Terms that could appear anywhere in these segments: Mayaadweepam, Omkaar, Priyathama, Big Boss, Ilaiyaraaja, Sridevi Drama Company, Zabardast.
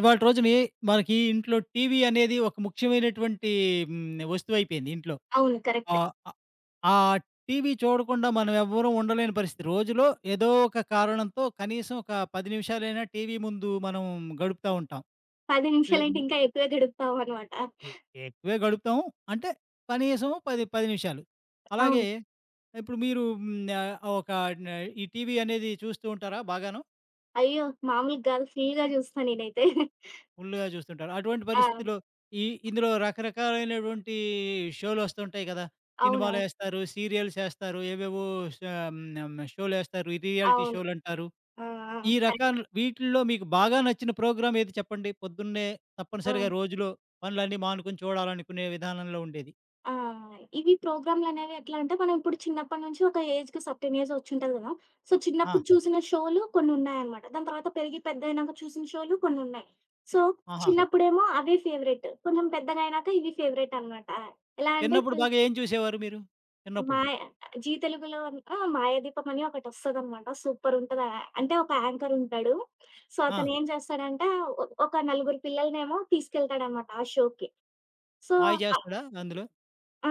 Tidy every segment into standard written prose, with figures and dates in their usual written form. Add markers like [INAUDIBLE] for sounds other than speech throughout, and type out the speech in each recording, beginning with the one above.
ఇవాళ రోజుని మనకి ఇంట్లో టీవీ అనేది ఒక ముఖ్యమైనటువంటి వస్తువయిపోయింది ఇంట్లో. అవును. కరెక్ట్. ఆహ్, ఆహ్, ఆ టీవీ చూడకుండా మనం ఎవ్వరం ఉండలేని పరిస్థితి. రోజులో ఏదో ఒక కారణంతో కనీసం ఒక 10 నిమిషాలైనా టీవీ ముందు మనం గడుపుతా ఉంటాం. 10 ఎ నిమిషాలంటే ఇంకా ఎక్కువే గడుపుతామనమాట. ఎ ఎక్కువే గడుపుతాం. అంటే కనీసం 10, 10 నిమిషాలు. అలాగే అవును. ఇప్పుడు మీరు హ్మ్, ఆహ్, ఒక న ఈ టీవీ అనేది చూస్తూ ఉంటారా బాగాను? అయ్యో! మామూలుగా గాదు. ఫుల్‌గా జూస్తా నేనైతే. ఫుల్‌గా చూస్తుంటారు. అటువంటి ఆ! పరిస్థితిలో ఈ ఇందులో రకరకాలైనటువంటి షోలు వస్తుంటాయి కదా! అవునవును. సినిమాలేస్తారు, సీరియల్సేస్తారు, ఏవేవో ష షోలేస్తారు, ఈ రియాలిటీ అవును. షోలంటారు. ఆ! ఆ! ఈ రకాల కరెక్ట్. వీటిల్లో మీకు బాగా నచ్చిన ప్రోగ్రామ్ ఏది చెప్పండి? పొద్దున్నే ఆ! తప్పనిసరిగా రోజులో పనులన్నీ మానుకొని చూడాలనుకునే విధానంలో ఉండేది. ఆ! ఇవి ప్రోగ్రామ్‌లనేవి ఎట్లా అంటే, మనం ఇప్పుడు చిన్నప్పటి నుంచి ఒక ఏజ్‌కి సర్టెన్ ఏజ్ ఒచ్చుంటది గదా! సో, చిన్నప్పుడు ఆ! చూసిన షోలు కొన్నున్నాయనమాట. దాని తర్వాత పెరిగి పెద్దయినాక చూసిన షోలు కొన్నున్నాయి. సో, ఆహా! చిన్నప్పుడేమో అవే ఫేవరెట్. కొంచెం పెద్దగయినాక ఇవి ఫేవరెట్ అనమాట. ఎలా అంటే చిన్నప్పుడు ఇప్పుడు బాగా ఏం చూసేవారు మీరు? చిన్నప్పుడు? మాయ జీ తెలుగులో ఆ! 'మాయాదీపం' అని ఒకటొస్తదనమాట. సూపరుంటది. ఆ అంటే ఒక యాంకర్ ఉంటాడు. సో, ఆ! అతనేం చేస్తాడంటే ఒక నలుగురు పిల్లలనేమో తీసుకెళ్తాడనమాట ఆ షోకి. సో మాయ ఆ! చేస్తాడా అందులో? ఆ!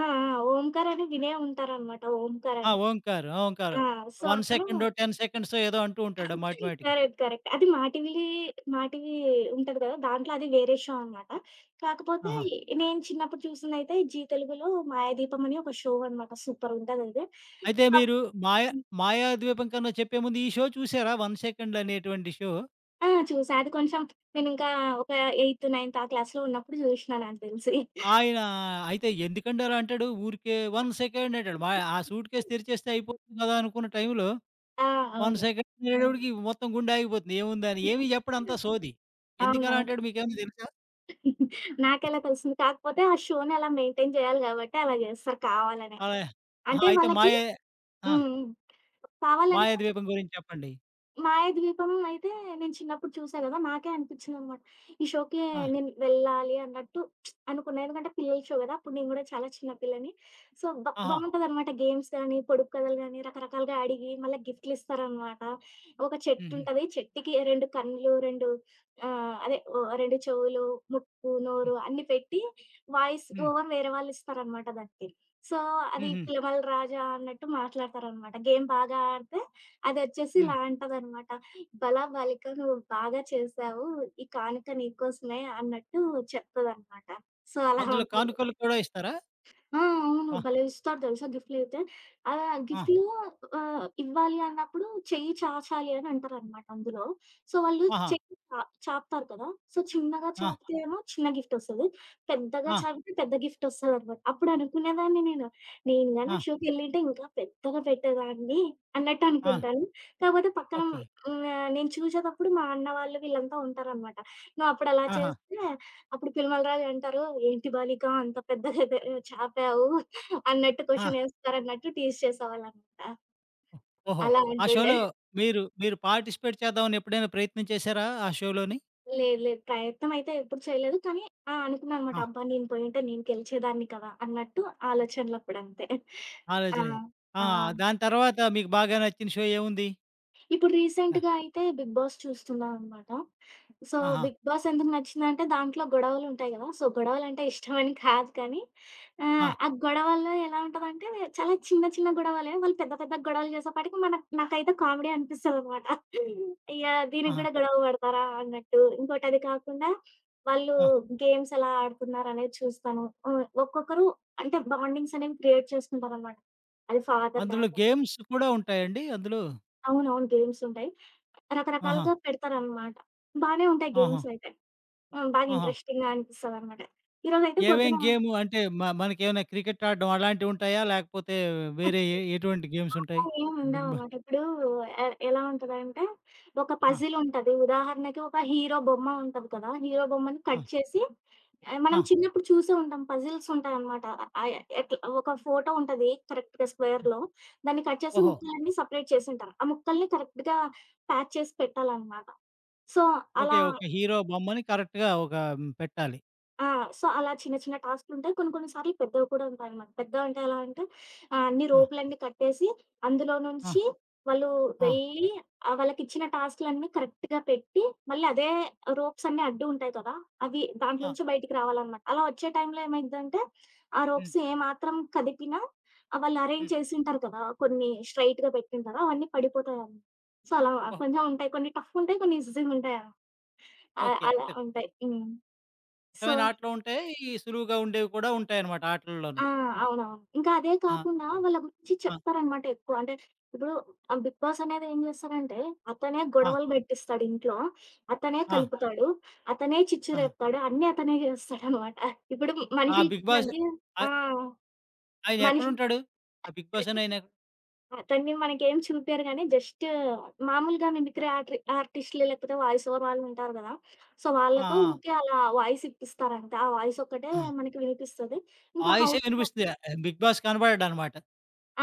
ఓంకార్ అని వినే ఉంటారనమాట. ఓంకార్ ఆ! అని. ఓంకార్, ఆ! ఓంకార్. సో, 1 అతను సెకండో, 10 సెకండ్సో ఏదో అంటూ ఉంటాడు [LAUGHS] మాటిమాటికి. కరెక్ట్. కరెక్ట్. అది మా మా టీవీ ఉంటది కదా! దాంట్లో అది వేరే షో అనమాట. కాకపోతే ఆహా! నేను చిన్నప్పుడు చూసిందైతే జీ తెలుగులో 'మాయాదీపం' అని ఒక షో అనమాట. సూపరుంటదది. అయితే మీరు మాయ 'మాయాద్వీపం' కన్నా చెప్పే ముందు ఈ షో చూసారా, 'వన్ సెకండ్' అనేటువంటి షో? ఆ! చూసా. అది కొంచెం నేనింకా ఒక ఎయిత్, నైన్త్ ఆ క్లాస్‌లో ఉన్నప్పుడు జూషినా నాకు దెలిసి. ఆయన అయితే ఎందుకండి అలా అంటాడు? ఊరికే 1 సెకండ్ అంటాడు. మా ఆ సూట్‌కేస్ తెరిచేస్తే అయిపోతుంది కదా అనుకున్న టైంలో ఆ! 1 అవును. సెకండ్ అనేటప్పటికి మొత్తం గుండె ఆగిపోతుంది. ఏముందా అని ఏమి చెప్పడు, అంతా సోది. ఎందుకలా అవునవును. అంటాడు, మీకేమైనా తెలుసా? నాకెలా తెలిసింది. కాకపోతే ఆ షోని అలా మెయింటైన్ జేయాలి గాబట్టి అలా జేస్తారు కావాలనే. అలా ఆహా! అంటే అయితే వాళ్ళకి మాయా ఆ! హ్మ్. హ్మ్. కావాలనే 'మాయాద్వీపం' గురించి చెప్పండి. మాయ ద్వీపం అయితే నేను చిన్నప్పుడు చూసా గదా! నాకే అనిపించిందనమాట. ఈ షోకే ఆ! నేను వెళ్ళాలి అన్నట్టు అనుకున్నా. ఎందుకంటే పిల్లల షో గదా! అప్పుడు నేను గూడా చాలా చిన్న పిల్లని. సో, బ ఆహా! బావుంటదనమాట గేమ్స్ గానీ, పొడుపు కథలు గానీ, రకరకాలుగా అడిగి మళ్ళా గిఫ్ట్‌లిస్తారనమాట. ఒక హుహు. చెట్టుంటది. చెట్టుకి 2 కన్నులు, 2 అదే ఓ 2 చెవులు, ముక్కు, హ్మ్. నోరు అన్నీ పెట్టి వాయిస్ హ్మ్. ఓవర్ వేరే వాళ్ళిస్తారనమాట దానికి. సో, అది హుహు. పిలమల రాజా అన్నట్టు మాట్లాడతారనమాట. గేమ్ బాగా ఆడితే అదొచ్చేసి ఇలా హ్మ్. అంటదనమాట. "భళా బాలిక నువ్వు బాగా చేశావు. ఈ కానుక నీకోసమే" అన్నట్టు చెప్తదనమాట. సో, అలా అందులో ఉంటది. కానుకలు కూడా ఇస్తారా? ఆ! అవును. ఆ! భలే ఇస్తారు తెలుసా గిఫ్ట్‌లయితే. అలా ఆ! గిఫ్ట్‌లు ఇవ్వాలి అన్నప్పుడు చెయ్యి చాచాలి అని అంటారనమాట అందులో. సో, వాళ్ళు ఆహా! చెయ్యి చాపుతారు కదా! సో, చిన్నగా ఆ! చాపితే ఏమో చిన్న గిఫ్టొస్తది. పెద్దగా ఆ! చాపితే పెద్ద గిఫ్టొస్తదనమాట. అప్పుడు అనుకునేదాన్ని నేను, నేను గాని ఆ ఆ! షోకెళ్ళింటే ఇంకా పెద్దగా పెట్టేదాన్ని అన్నట్టు ఆ! అనుకుంటాను. కాకపోతే పక్కన ఓకే. హ్మ్, నేను చూసేటప్పుడు మా అన్న వాళ్ళు వీళ్ళంతా ఉంటారనమాట. నువ్వప్పుడు అలా ఆహా! చేస్తే అప్పుడు పిలమల రాజు అంటారు, "ఏంటి బాలిక అంత పెద్దగా చాపావు" అన్నట్టు ఆ! క్వెషన్ ఏస్తారన్నట్టు టీజ్ చేసేవాళ్ళనమాట. ఓహో! అలా ఆ అంటుండే. షోలో మీరు మీరు పార్టిసిపేట్ చేద్దామని ఎప్పుడైనా ప్రయత్నం చేశారా ఆ షోలోని? లేదు, లేదు. ప్రయత్నం అయితే ఎప్పుడు చేయలేదు. కానీ ఆ! అనుకున్నాననమాట. ఆ! అబ్బా! నేను పోయుంటే నేను గెలిచేదాన్ని కదా! అన్నట్టు ఆలోచనలప్పుడంతే. ఆ! ఆలోచన ఆ! ఆ! దాని తర్వాత మీకు బాగా నచ్చిన షో ఏముంది? ఇప్పుడు ఆ! రీసెంట్‌గా అయితే 'బిగ్ బాస్' చూస్తున్నాననమాట. సో, ఆహా! 'బిగ్ బాస్' ఎందుకు నచ్చిందంటే దాంట్లో గొడవలుంటాయి గదా! సో, గొడవలంటే ఇష్టమని కాదు కానీ ఆ! ఆ గొడవల్లో ఎలా ఉంటదంటే చాలా చిన్న చిన్న గొడవలే. వాళ్ళు పెద్ద పెద్ద గొడవలు చేసేపాటికి మనకు నాకైతే కామెడీ అనిపిస్తదనమాట. యాహ్! దీనికి ఆహా! గూడా గొడవ పడతారా అన్నట్టు. ఇంకోటది కాకుండా వాళ్ళు ఆ! గేమ్స్ ఎలా ఆడుతున్నారనేది చూస్తాను. ఒక్కొక్కరు అంటే బాండింగ్స్ అనేవి క్రియేట్ చేసుకుంటారనమాట. అది ఫాదర్ అందులో డాటర్ గేమ్స్ కూడా ఉంటాయండి అందులో? అవునవును. గేమ్సుంటాయి. ఆహా! రకరకాలుగా పెడతారనమాట. బానే ఉంటాయి ఆహా! గేమ్సయితే. హ్మ్. బాగా ఆహా! ఇంట్రెస్టింగ్‌గా అనిపిస్తదనమాట. ఈరోజైతే ఏమేం పొద్దున గేమ్ అంటే మనకేమైనా క్రికెట్ ఆడడం అలాంటివుంటాయా? లేకపోతే వేరే [LAUGHS] ఎటువంటి గేమ్స్ అలా ఉంటాయి? ఏం బిగ్ బా ఉండవనమాట. ఇప్పుడు ఎలా ఉంటదంటే, ఒక ఆ! పజిలుంటది. ఉదాహరణకి ఒక హీరో బొమ్మ ఉంటది కదా! హీరో బొమ్మని ఆ! కట్ చేసి ఆ! మనం చిన్నప్పుడు చూసే ఉంటాం. పజిల్సుంటాయనమాట. ఆహ్, ఎట్లా ఒక ఫోటో ఉంటది కరెక్ట్‌గా స్క్వేర్‌లో. దాన్ని కట్ చేసి ఓహో! ముక్కలన్నీ సెపరేట్ చేసుంటారు. ఆ ముక్కల్ని కరెక్ట్‌గా ప్యాక్ చేసి పెట్టాలనమాట. So, okay. అలా ఓకే. హీరో బొమ్మని కరెక్ట్‌గా ఒక పెట్టాలి. ఆ! సో, అలా చిన్న చిన్న టాస్కులుంటాయి. కొన్ని కొన్ని సార్లు పెద్దవి కూడా ఉంటాయనమాట. పెద్దవంటే ఎలా అంటే అన్ని ఆ! రోపులన్నీ కట్టేసి, అందులో ఆ! నుంచి వాళ్ళు ఆ! వెళ్ళి వాళ్ళకిచ్చిన టాస్కులన్నీ కరెక్ట్‌గా పెట్టి, మళ్ళీ అదే రోప్స్ అన్నీ అడ్డు ఉంటాయి కదా! అవి దాంట్లో ఆ! నుంచి బయటికి రావాలనమాట. అలా వచ్చే టైంలో ఏమైద్దంటే, ఆ హ్మ్. రోప్స్ ఏమాత్రం కదిపినా వాళ్ళు అరేంజ్ హ్మ్. చేసుంటారు కదా! కొన్ని స్ట్రెయిట్‌గా పెట్టుంటారు. అవన్నీ పడిపోతాయనమాట. సో, అలా ఓహ్! కొంచెం ఉంటాయి. కొన్ని టఫ్ ఉంటాయి. కొన్ని ఈజీగుంటాయనమాట. ఓకే. అలా అంటే ఉంటాయి. హ్మ్. సో కష్టమైన ఆటలు ఉంటాయి. ఈ సులువుగా ఉండేవి కూడా ఉంటాయన్నమాట ఆ! ఆటల్లోను. అవునవును. ఇంకా అదే ఆ! కాకుండా వాళ్ళ గురించి ఆ! చెప్తారనమాట ఎక్కువ. అంటే ఇప్పుడు ఆ 'బిగ్ బాస్' అనేది ఏం చేస్తారంటే అతనే ఆ! గొడవలు పెట్టిస్తాడు ఇంట్లో. అతనే ఆ! కలుపుతాడు. అతనే చిచ్చు ఆ! రేపుతాడు. అన్నీ అతనే చేస్తాడనమాట. ఇప్పుడు ఆ మనుషుల 'బిగ్ బాస్' మధ్య ఆ! ఆహ్, ఆయన మనిషి ఎక్కడుంటాడు? ఆ 'బిగ్ బాస్' అని ఆయన ఎక్కడ- అతన్ని మనకేం చూపియరు గానీ జస్ట్ మామూలుగా మిమిక్రీ ఆర్టిస్టులు లేకపోతే వాయిస్ ఓవర్ వాళ్ళు ఉంటారు గదా! సో, ఆ! వాళ్ళతో ఆ! ఊకే అలా వాయిస్ ఇప్పిస్తారంట. ఆ వాయిస్ ఒక్కటే ఆ! మనకి వినిపిస్తది. ఇంకా వాయిసే హౌస్‌లో వినిపిస్తుంది. 'బిగ్ బాస్' కనపడడనమాట.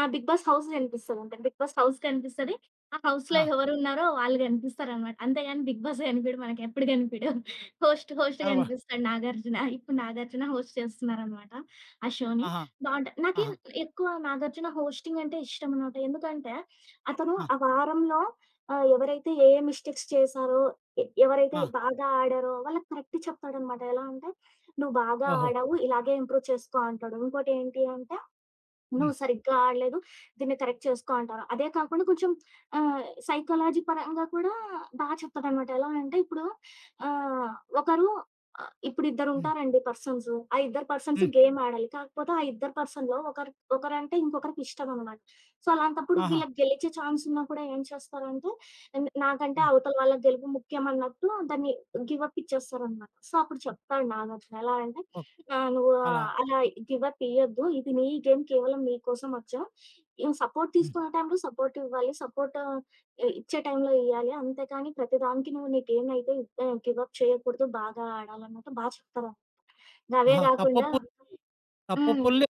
ఆ! 'బిగ్ బాస్' హౌస్ గనిపిస్తదంతే. 'బిగ్ బాస్' హౌస్ కనిపిస్తది. ఆ హౌస్‌లో ఆ! ఎవరున్నారో వాళ్ళు గనిపిస్తారనమాట. అంతేగాని 'బిగ్ బాస్' గనిపీడు మనకెప్పుడు గనిపీడు. హోస్ట్ హోస్ట్ కనబ గనిపిస్తాడు 'నాగార్జున.' ఇప్పుడు 'నాగార్జున' హోస్ట్ చేస్తున్నారనమాట ఆ షోని. ఆహా! బావుంటది. నాకి ఆహా! ఎక్కువ నాగార్జున హోస్టింగ్ అంటే ఇష్టమనమాట. ఎందుకంటే అతను ఆ! ఆ వారంలో ఎవరైతే ఏ మిస్టేక్స్ చేశారో, ఎవరైతే ఆ! బాగా ఆడారో వాళ్ళకి కరెక్ట్ చెప్తాడనమాట. ఎలా అంటే, "నువ్వు బాగా ఓహో! ఆడావు. ఇలాగే ఇంప్రూవ్ చేసుకో" అంటాడు. ఇంకోటేంటి అంటే నువ్వు హ్మ్. సరిగ్గా ఆడలేదు. దీన్ని కరెక్ట్ చేసుకో అంటారు. అదే కాకుండా కొంచెం సైకాలజీ పరంగా కూడా బా చెప్తాడనమాట. ఎలా అంటే ఇప్పుడు ఆహ్, ఒకరు ఇప్పుడు హ్మ్. ఇద్దరుంటారండి పర్సన్స్. ఆ ఇద్దరు పర్సన్స్ హ్మ్. గేమ్ ఆడాలి. కాకపోతే ఆ ఇద్దరు పర్సన్‌లో ఒకరు ఒకరంటే ఇంకొకరికి ఇష్టమనమాట. సో, అలాంటప్పుడు ఆహా! వీళ్ళకి గెలిచే ఛాన్స్ ఉన్నా కూడా ఏం చేస్తారంటే నాకంటే ఆ! అవతల వాళ్ళ గెలుపు ముఖ్యం అన్నట్టు దాన్ని గివ్ అప్ ఇచ్చేస్తారనమాట. సో, అప్పుడు చెప్తాడు నాగార్జున. ఎలా అంటే ఓహ్! ఆ! నువ్వు అలా అలా గివ్ అప్ ఇయ్యొద్దు. ఇది నీ గేమ్ కేవలం నీ కోసం వచ్చావు. నువ్వు సపోర్ట్ హ్మ్. తీసుకునే టైంలో సపోర్ట్ ఇవ్వాలి. సపోర్ట్ ఇచ్చే టైంలో ఇయ్యాలి. అంతేకాని ప్రతిదానికి నువ్వు నీ గేమ్ అయితే గివ్ అప్ చేయకూడదు. బాగా ఆడాలన్నట్టు బా చెప్తారు. అవే ఆహా! గాకుండా హ్మ్. తప్పొప్పుల్ని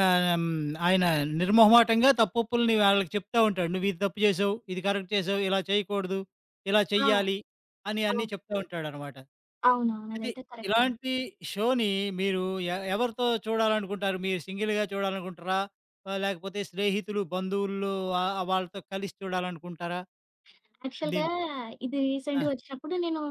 ఆహ్, హ్మ్. ఆయన నిర్మొహమాటంగా తప్పొప్పుల్ని వాళ్ళకి చెప్తా ఉంటాడు. "నువ్వు ఇది తప్పు చేసావు, ఇది కరెక్ట్ చేసావు, ఇలా చేయకూడదు, ఇలా ఆ! చెయ్యాలి" అని అన్నీ అవును. చెప్తా ఉంటాడనమాట. అవునవును. అయితే అదైతే కరెక్ట్ అను ఇలాంటి షోని మీరు ఎవరితో చూడాలనుకుంటారు? మీరు సింగిల్‌గా చూడాలనుకుంటారా? లేకపోతే స్నేహితులు, బంధువులు, వాళ్ళతో కలిసి చూడాలనుకుంటారా? యాక్చువల్‌గా దీన్ని ఇది ఆ! రీసెంట్‌గా వచ్చినప్పుడు నేను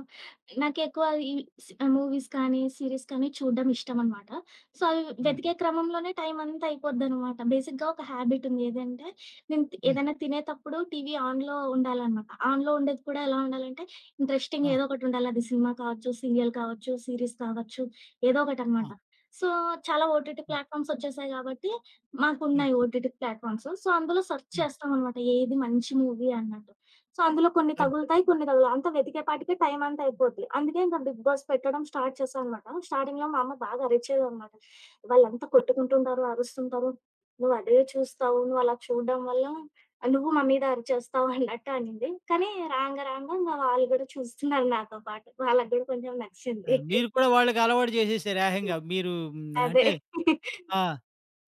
నాకెక్కువ ఈ స్ మూవీస్ కానీ, సీరీస్ కానీ చూడ్డం ఇష్టమనమాట. సో, అవి హ్మ్. వెతికే క్రమంలోనే టైమంతా అయిపోద్దనమాట. బేసిక్‌గా ఒక హ్యాబిటుంది. ఏదంటే నేను హ్మ్. ఏదైనా తినేతప్పుడు టీవీ ఆన్‌లో ఉండాలనమాట. ఆన్‌లో ఉండేది కూడా ఎలా ఉండాలంటే ఇంట్రెస్టింగ్ ఆ! ఏదో ఒకటుండాలి. అది సినిమా కావచ్చు, సీరియల్ కావచ్చు, సీరీస్ కావచ్చు, ఏదో ఆ! ఒకటనమాట. సో, చాలా ఓటీటీ హ్మ్. ప్లాట్‌ఫామ్స్ వచ్చేసాయి కాబట్టి, హ్మ్. మాకున్నాయి ఓటీటీ ప్లాట్‌ఫామ్స్. సో, అందులో సెర్చ్ హ్మ్. చేస్తామనమాట. ఏది మంచి మూవీ అన్నట్టు. సో, అందులో కొన్ని అది. తగులుతాయి, కొన్ని తగలవు. అంతా వెతికేపాటికే టైం అంతా అయిపోద్ది. అందుకే ఇంక బిగ్ బాస్ పెట్టడం స్టార్ట్ చేశాననమాట. స్టార్టింగ్‌లో మా అమ్మ బాగా అరిచేదనమాట. వాళ్ళంతా కొట్టుకుంటుంటారు, అరుస్తుంటారు. "నువ్వు అదే చూస్తావు, నువ్వు అలా చూడడం వల్ల నువ్వు మా మీద అరిచేస్తావు" అన్నట్టు అనింది. కానీ రాంగా రాంగా ఇంగ వాళ్ళు గూడా చూస్తున్నారు నాతో పాటు. వాళ్ళకి గూడా కొంచెం ఆ, నచ్చింది. మీరు కూడా వాళ్ళకి అలవాటు చేసేసారు ఏకంగా. మీరు హ్మ్. అదే. అంటే ఆ!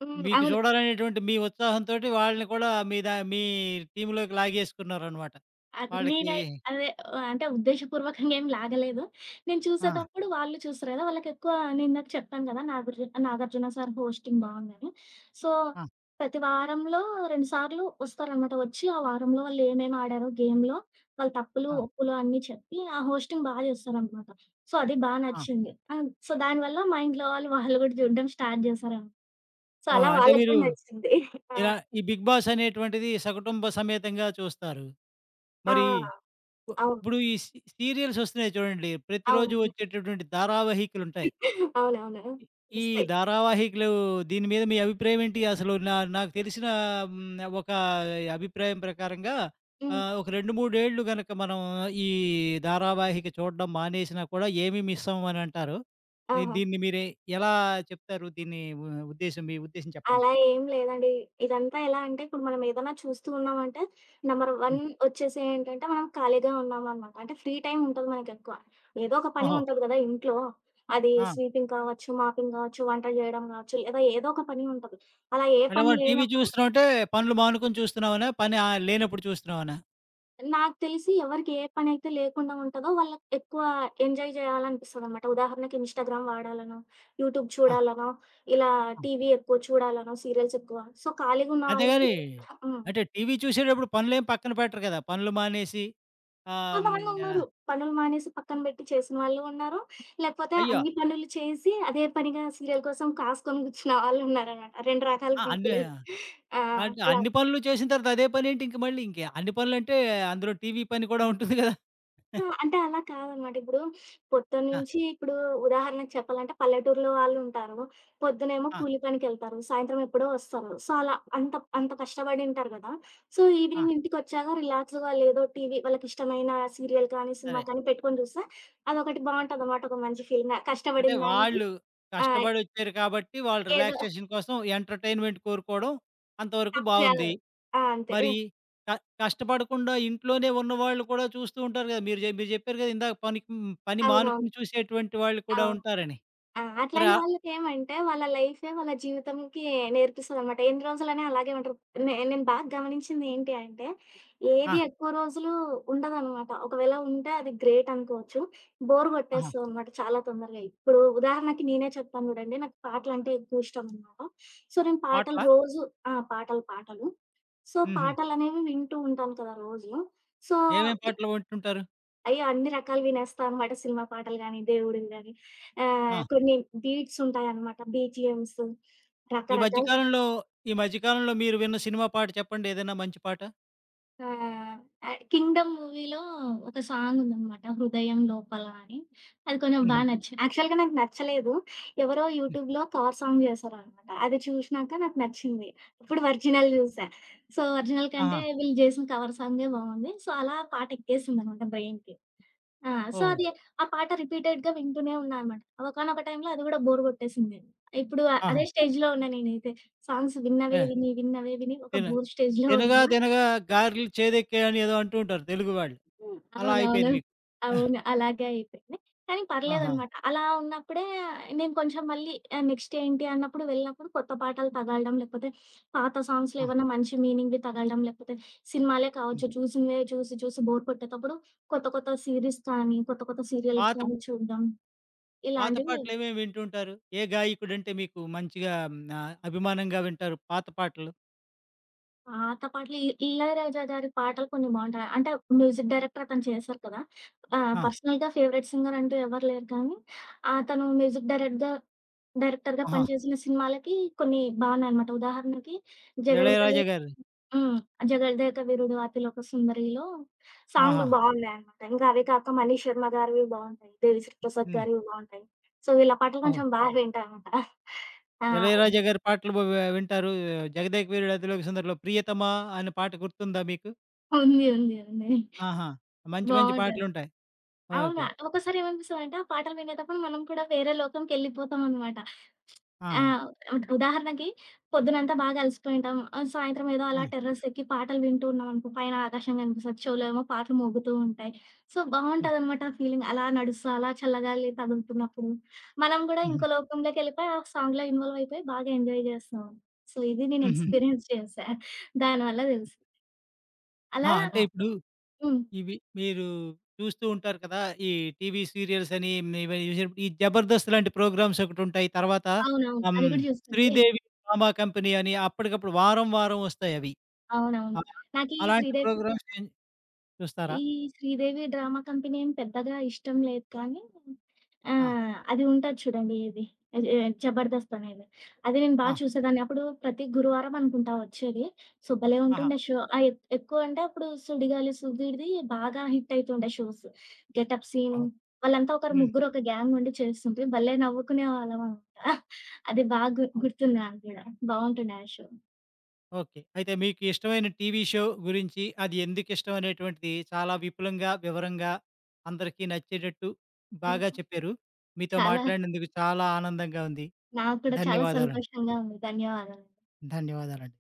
హ్మ్. మీకు అవును. చూడాలనేటువంటి మీ ఉత్సాహంతోటి వాళ్ళని కూడా మీ టీమ్‌లోకి లాగేసుకున్నారనమాట. అది వాళ్ళకి నేనై అదే అంటే ఉద్దేశపూర్వకంగా ఏం లాగలేదు. నేను ఆ! చూసేతప్పుడు వాళ్ళు చూస్తారు కదా! వాళ్ళకెక్కువ నేనిందాక చెప్పాను కదా! నాగార్జు 'నాగార్జున సార్' హోస్టింగ్ బాగుందని. సో, ఆ! ప్రతి వారంలో 2 సార్లు వస్తారనమాట. వచ్చి ఆ వారంలో వాళ్ళేమేమి ఆడారో గేమ్‌లో, వాళ్ళ తప్పులు, ఆ! ఒప్పులు అన్నీ చెప్పి ఆ హోస్టింగ్ బా చేస్తారనమాట. సో, అది బా ఆ! నచ్చింది. సో, దానివల్ల మా ఇంట్లో వాళ్ళు, వాళ్ళు కూడా చూడడం స్టార్ట్ చేశారనమాట. సో, ఓహో! అలా అంటే వాళ్ళకి మీరు కూడా నచ్చింది. ఆ! ఇలా ఈ 'బిగ్ బాస్' అనేటువంటిది సకుటుంబ సమేతంగా చూస్తారు. ఆ! మరి అవును. ఇప్పుడు ఈ సీరియల్స్ వస్తున్నాయి చూడండి. ప్రతిరోజు అవును. వచ్చేటటువంటి ధారావాహికలుంటాయి. అవునవును. ఈ ఈ వస్తాయి. ధారావాహికలు, దీని మీద మీ అభిప్రాయం ఏంటి? అసలు నాకు తెలిసిన ఒక అభిప్రాయం ప్రకారంగా, హ్మ్. ఒక 2, 3 ఏళ్ళు గనక మనం ఈ ధారావాహిక చూడడం మానేసినా కూడా ఏమి మిస్ అవ్వమనంటారు. ఆహా! దీన్ని మీరే ఎలా చెప్తారు? దీన్ని ఉద్దేశ్యం, మీ ఉద్దేశ్యం చెప్పండి. అలా ఏం లేదండి. ఇదంతా ఎలా అంటే ఇప్పుడు మనం ఏదైనా చూస్తూ ఉన్నామంటే నంబర్ 1 హ్మ్. వచ్చేసి ఏంటంటే మనం ఖాళీగా ఉన్నామనమాట. అంటే ఫ్రీ టైమ్ ఉంటది మనకెక్కువ. ఏదో ఒక పని ఓహో! ఉంటది గదా ఇంట్లో. అది ఆ! స్వీపింగ్ కావచ్చు, మాపింగ్ కావచ్చు, వంటలు జేయడం గావచ్చు, లేదా ఏదో ఒక పని ఉంటది. అలా ఏ అంటే పని మనం టీవీ లేనప్పుడు చూస్తున్నాం అంటే పనులు మానుకొని చూస్తున్నామనా? పని లేనప్పుడు చూస్తున్నామనా? నాకు తెలిసి ఎవరికి ఏ పనైతే లేకుండా ఉంటదో వాళ్ళకి ఎక్కువ ఎంజాయ్ జేయాలనిపిస్తదనమాట. ఉదాహరణకి ఇన్‌స్టాగ్రామ్ వాడాలనో, యూట్యూబ్ ఆ! చూడాలనో, ఇలా ఆ! టీవీ ఎక్కువ చూడాలనో, సీరియల్స్ ఎక్కువ. సో, ఖాళీగా ఉన్న వాళ్ళకి అంతేగాని హ్మ్. అంటే టీవీ చూసేటప్పుడు పనులేం పక్కన పెట్టరు కదా! పనులు మానేసి ఆమ్, ఆ! హ్మ్. కొంతమందున్నారు. పనులు మానేసి పక్కన బెట్టి చేసిన వాళ్ళు ఉన్నారు. లేకపోతే అయ్యో! అన్ని పనులు చేసి అదే పనిగా సీరియల్ కోసం కాసుకొని కూర్చున్న వాళ్ళున్నారనమాట. 2 రకాల ఆ! అన్ని పీపులు. ఆ! అంటే అలా. అన్ని పనులు చేసిన తర్వాత అదే పనేంటి ఇంక మళ్ళీ? ఇంక అన్ని పనులంటే అందులో టీవీ పని కూడా ఉంటుంది గదా! ఆ! అంటే అలా కాదనమాట. ఇప్పుడు ఆ! పొద్దున్నుంచి ఇప్పుడు ఉదాహరణకు చెప్పాలంటే పల్లెటూరులో వాళ్ళుంటారు. పొద్దునేమో ఆ! కూలి పనికెళ్తారు. సాయంత్రం ఎప్పుడో వస్తారు. సో, అలా అంత అంత కష్టపడింటారు గదా! సో, ఆ! ఈవినింగ్ ఇంటికొచ్చాక రిలాక్స్‌గా వాళ్ళేదో టీవీ వాళ్ళకిష్టమైన సీరియల్ కానీ, సినిమా సరే. కానీ పెట్టుకొని చూస్తే అదొకటి ఆ! బావుంటదనమాట. ఒక మంచి ఫీలింగ్. అంటే కష్టపడిన దానికి వాళ్ళు ఆ! కష్టపడొచ్చారు కాబట్టి వాళ్ళు ఏదో రిలాక్సేషన్ కోసం ఎంటర్‌టైన్‌మెంట్ కోరుకోవడం అంతవరకు తప్పు గాదు. బావుంది. ఆ! అంతే. మరి క కష్టపడకుండా ఇంట్లోనే ఉన్నవాళ్ళు కూడా చూస్తూ ఉంటారు గదా! మీరు జెప్పారు గదా, ఇందాక పనికి పని అవునవును. మానుకుని చూసేటువంటి వాళ్ళు కూడా అవును. ఉంటారని. ఆ! మరి అట్లాంటి ఆ వాళ్ళకేమంటే వాళ్ళ లైఫే వాళ్ళ జీవితంకి నేర్పిస్తదనమాట. ఎన్ని రోజులని అలాగే ఉంటారు. నేను బాగా గమనించింది ఏంటి అంటే, ఆ! ఏది ఎక్కువ రోజులు ఉండదనమాట. ఒకవేళ ఉంటే అది గ్రేట్ అనుకోవచ్చు. బోర్ ఆహా! కొట్టేస్తదనమాట చాలా తొందరగా. ఇప్పుడు ఉదాహరణకి నేనే చెప్తాను చూడండి. నాకు పాటలంటే ఎక్కువ ఇష్టమనమాట. సో, నేను పాటలు పాటలా? రోజు ఆ! పాటలు, పాటలు. సో, హుహు. పాటలనేవి వింటూ ఉంటాను కదా రోజు. సో ఏమేం పాటలు వింటుంటారు? అయ్యో! అన్ని రకాలు వినేస్తా అనమాట. సినిమా పాటలు గాని, దేవుడివి గాని. ఆ! కొన్ని బీట్స్ ఉంటాయనమాట. బీజీఎమ్స్ ఈ మధ్య రకరకాల కాలంలో, ఈ మధ్య కాలంలో మీరు విన్న సినిమా పాట చెప్పండి ఏదైనా మంచి పాట? ఆ! 'కింగ్డమ్' మూవీలో ఒక సాంగ్ ఉందనమాట 'హృదయం లోపల' అని. అది కొంచెం బా హుహు. నచ్చింది. యాక్చువల్‌గా నాకు నచ్చలేదు. ఎవరో హ్మ్. యూట్యూబ్‌లో కవర్ సాంగ్ చేశారనమాట. అది చూసినాక నాకు నచ్చింది. అప్పుడు ఒరిజినల్ చూసా. సో, ఒరిజినల్ ఆహా! కంటే వీళ్ళు చేసిన కవర్ సాంగే బావుంది. సో, అలా పాట ఎక్కేసిందనమాట బ్రెయిన్‌కి. ఆ! సో, ఓహో! అది ఆ పాట రిపీటెడ్‌గా వింటూనే ఉన్నా అనమాట. ఒకానొక టైంలో అది గూడా బోర్ గొట్టేసింది. ఇప్పుడు ఆహా! అదే స్టేజ్‌లో ఉన్నా నేనైతే. సాంగ్స్ విన్నవే ఏ విని, విన్నవే విని ఒక తిన బోర్ స్టేజ్‌లో 'తినగా ఉన్నా. తినగా గారెలు చేదెక్కాయి' అని ఏదో అంటూ ఉంటారు తెలుగు వాళ్ళు. హ్మ్. అలా అవునవును. అయిపోయింది మీకు. ఆహ్, అవును. అలాగే అయిపోయింది. కానీ ఆహా! పర్లేదనమాట. అలా ఉన్నప్పుడే నేను కొంచెం మళ్ళీ నెక్స్ట్ ఏంటి అన్నప్పుడు వెళ్ళినప్పుడు కొత్త పాటలు తగలడం, లేకపోతే పాత సాంగ్స్‌లో ఆ! ఏమన్నా మంచి మీనింగ్‌వి తగలడం, లేకపోతే సినిమాలే హ్మ్. కావచ్చు చూసినవే చూసి చూసి బోర్ కొట్టేటప్పుడు కొత్త కొత్త సీరీస్ కానీ, కొత్త కొత్త సీరియల్స్ పాత కానీ చూడడం. పాత ఇలాంటివి పాటలేమేమి వింటూ ఉంటారు? ఏ గాయకుడంటే మీకు మంచిగా అభిమానంగా వింటారు పాత పాటలు? పాత పాటలు ఇళయరాజా గారి పాటలు కొన్ని బావుంటాయి. అంటే మ్యూజిక్ డైరెక్టర్ అతను చేశారు కదా! ఆ! పర్సనల్‌గా ఫేవరెట్ సింగర్ అంటూ ఎవరు లేరు కానీ, అతను మ్యూజిక్ డైరెక్టర్‌గా ఆహా! పనిచేసిన సినిమాలకి కొన్ని బావున్నాయనమాట. ఉదాహరణకి 'జగదేక వీ' 'ఇళయరాజా' గారు. హ్మ్. 'జగదేక వీరుడు అతిలోక సుందరి'లో ఆహా! సాంగులు బావున్నాయనమాట. ఇంకా అవే కాక మనీష్ శర్మ గారివి బావుంటాయి. దేవిశ్రీ ప్రసాద్ హ్మ్. గారివి బావుంటాయి. సో, వీళ్ళ పాటలు ఓహో! కొంచెం బాగా వింటా అనమాట. ఆ! అవునా? 'ఇళయరాజా' గారి పాటలు వింటారు. 'జగదేక వీరుడు అతిలోక సుందరి'లో 'ప్రియతమా' అనే పాట గుర్తుందా మీకు? ఉంది. ఉంది. ఉంది. ఆహా! మంచి మంచి బావుంటది. పాటలుంటాయి. అవునా! ఓకే. ఒక్కోసారి ఏమనిపిస్తదంటే, ఆ పాటలు వినేటప్పుడు మనం కూడా వేరే లోకంకెళ్ళిపోతామనమాట. ఆహా! ఆహ్, ఉదాహరణకి పొద్దునంతా బాగా అలసిపోయుంటాం. సాయంత్రం ఏదో అలా ఆ! టెర్రస్ ఎక్కి పాటలు వింటూ ఉన్నామనుకో, పైన ఆకాశం కనిపిస్తది. చెవులో ఏమో పాటలు మోగుతూ ఉంటాయి. సో, హ్మ్. బావుంటదనమాట ఆ ఫీలింగ్. అలా నడుస్తూ, అలా చల్లగాలి తగులుతున్నప్పుడు. మనం కూడా హుహు. ఇంకో లోకంలోకెళ్ళిపోయి, ఆ సాంగ్‌లో ఇన్వాల్వ్ అయిపోయి బాగా ఎంజాయ్ చేస్తాం. సో, ఇది నేను హుహు. ఎక్స్‌పీరియన్స్ చేశా. దానివల్ల తెలుసు. ఆ! అలా అంటే ఆ! ఇప్పుడు హ్మ్. ఇవి మీరు చూస్తూ ఉంటారు కదా! ఈ టీవీ సీరియల్స్ అని, ఇవి చూసినప్పుడు ఈ 'జబర్దస్త్' లాంటి ప్రోగ్రామ్స్ ఒకటుంటాయి. తర్వాత అవునవును. హ్మ్. అది కూడా చూసుకుంటే 'శ్రీదేవి డ్రామా కంపెనీ' అని అప్పటికప్పుడు వారం వారం వస్తాయవి. అవునవును. ఆ! నాకీ అలాంటి శ్రీదేవి ప్రోగ్రామ్స్ ఏం చూస్తారా? ఈ 'శ్రీదేవి డ్రామా కంపెనీ' ఏం పెద్దగా ఇష్టం లేదు కానీ, ఆ! అది ఉంటది చూడండి ఏది అది 'జబర్దస్త్' అనేది. అది నేను బా ఆ! చూసేదాన్ని. అప్పుడు ప్రతి గురువారం అనుకుంటా వచ్చేది. సో, భలే ఆహా! ఉంటుండే షో. ఎక్కువంటే అప్పుడు 'సుడిగాలి సుధీర్‌ది' బాగా హిట్ అయితుండే షోస్. గెటప్ సీను ఓహో! వాళ్ళంతా ఒకరు హ్మ్. ముగ్గురు ఒక గ్యాంగ్ ఉండి చేస్తుంటే భలే నవ్వుకునేవాళ్ళం అన్నమాట. అది బాగా గుర్తుంది నాకు గూడా. బావుంటుండే ఆ షో. ఓకే. అయితే మీకు ఇష్టమైన టీవీ షో గురించి, అది ఎందుకిష్టం అనేటువంటిది చాలా విపులంగా, వివరంగా, అందరికీ నచ్చేటట్టు హ్మ్. బాగా చెప్పారు. మీతో చాలా మాట్లాడినందుకు చాలా ఆనందంగా ఉంది. నాకు కూడా చాలా ధన్యవాదాలండి. సంతోషంగా ఉంది. ధన్యవాదాలు. ధన్యవాదాలండి.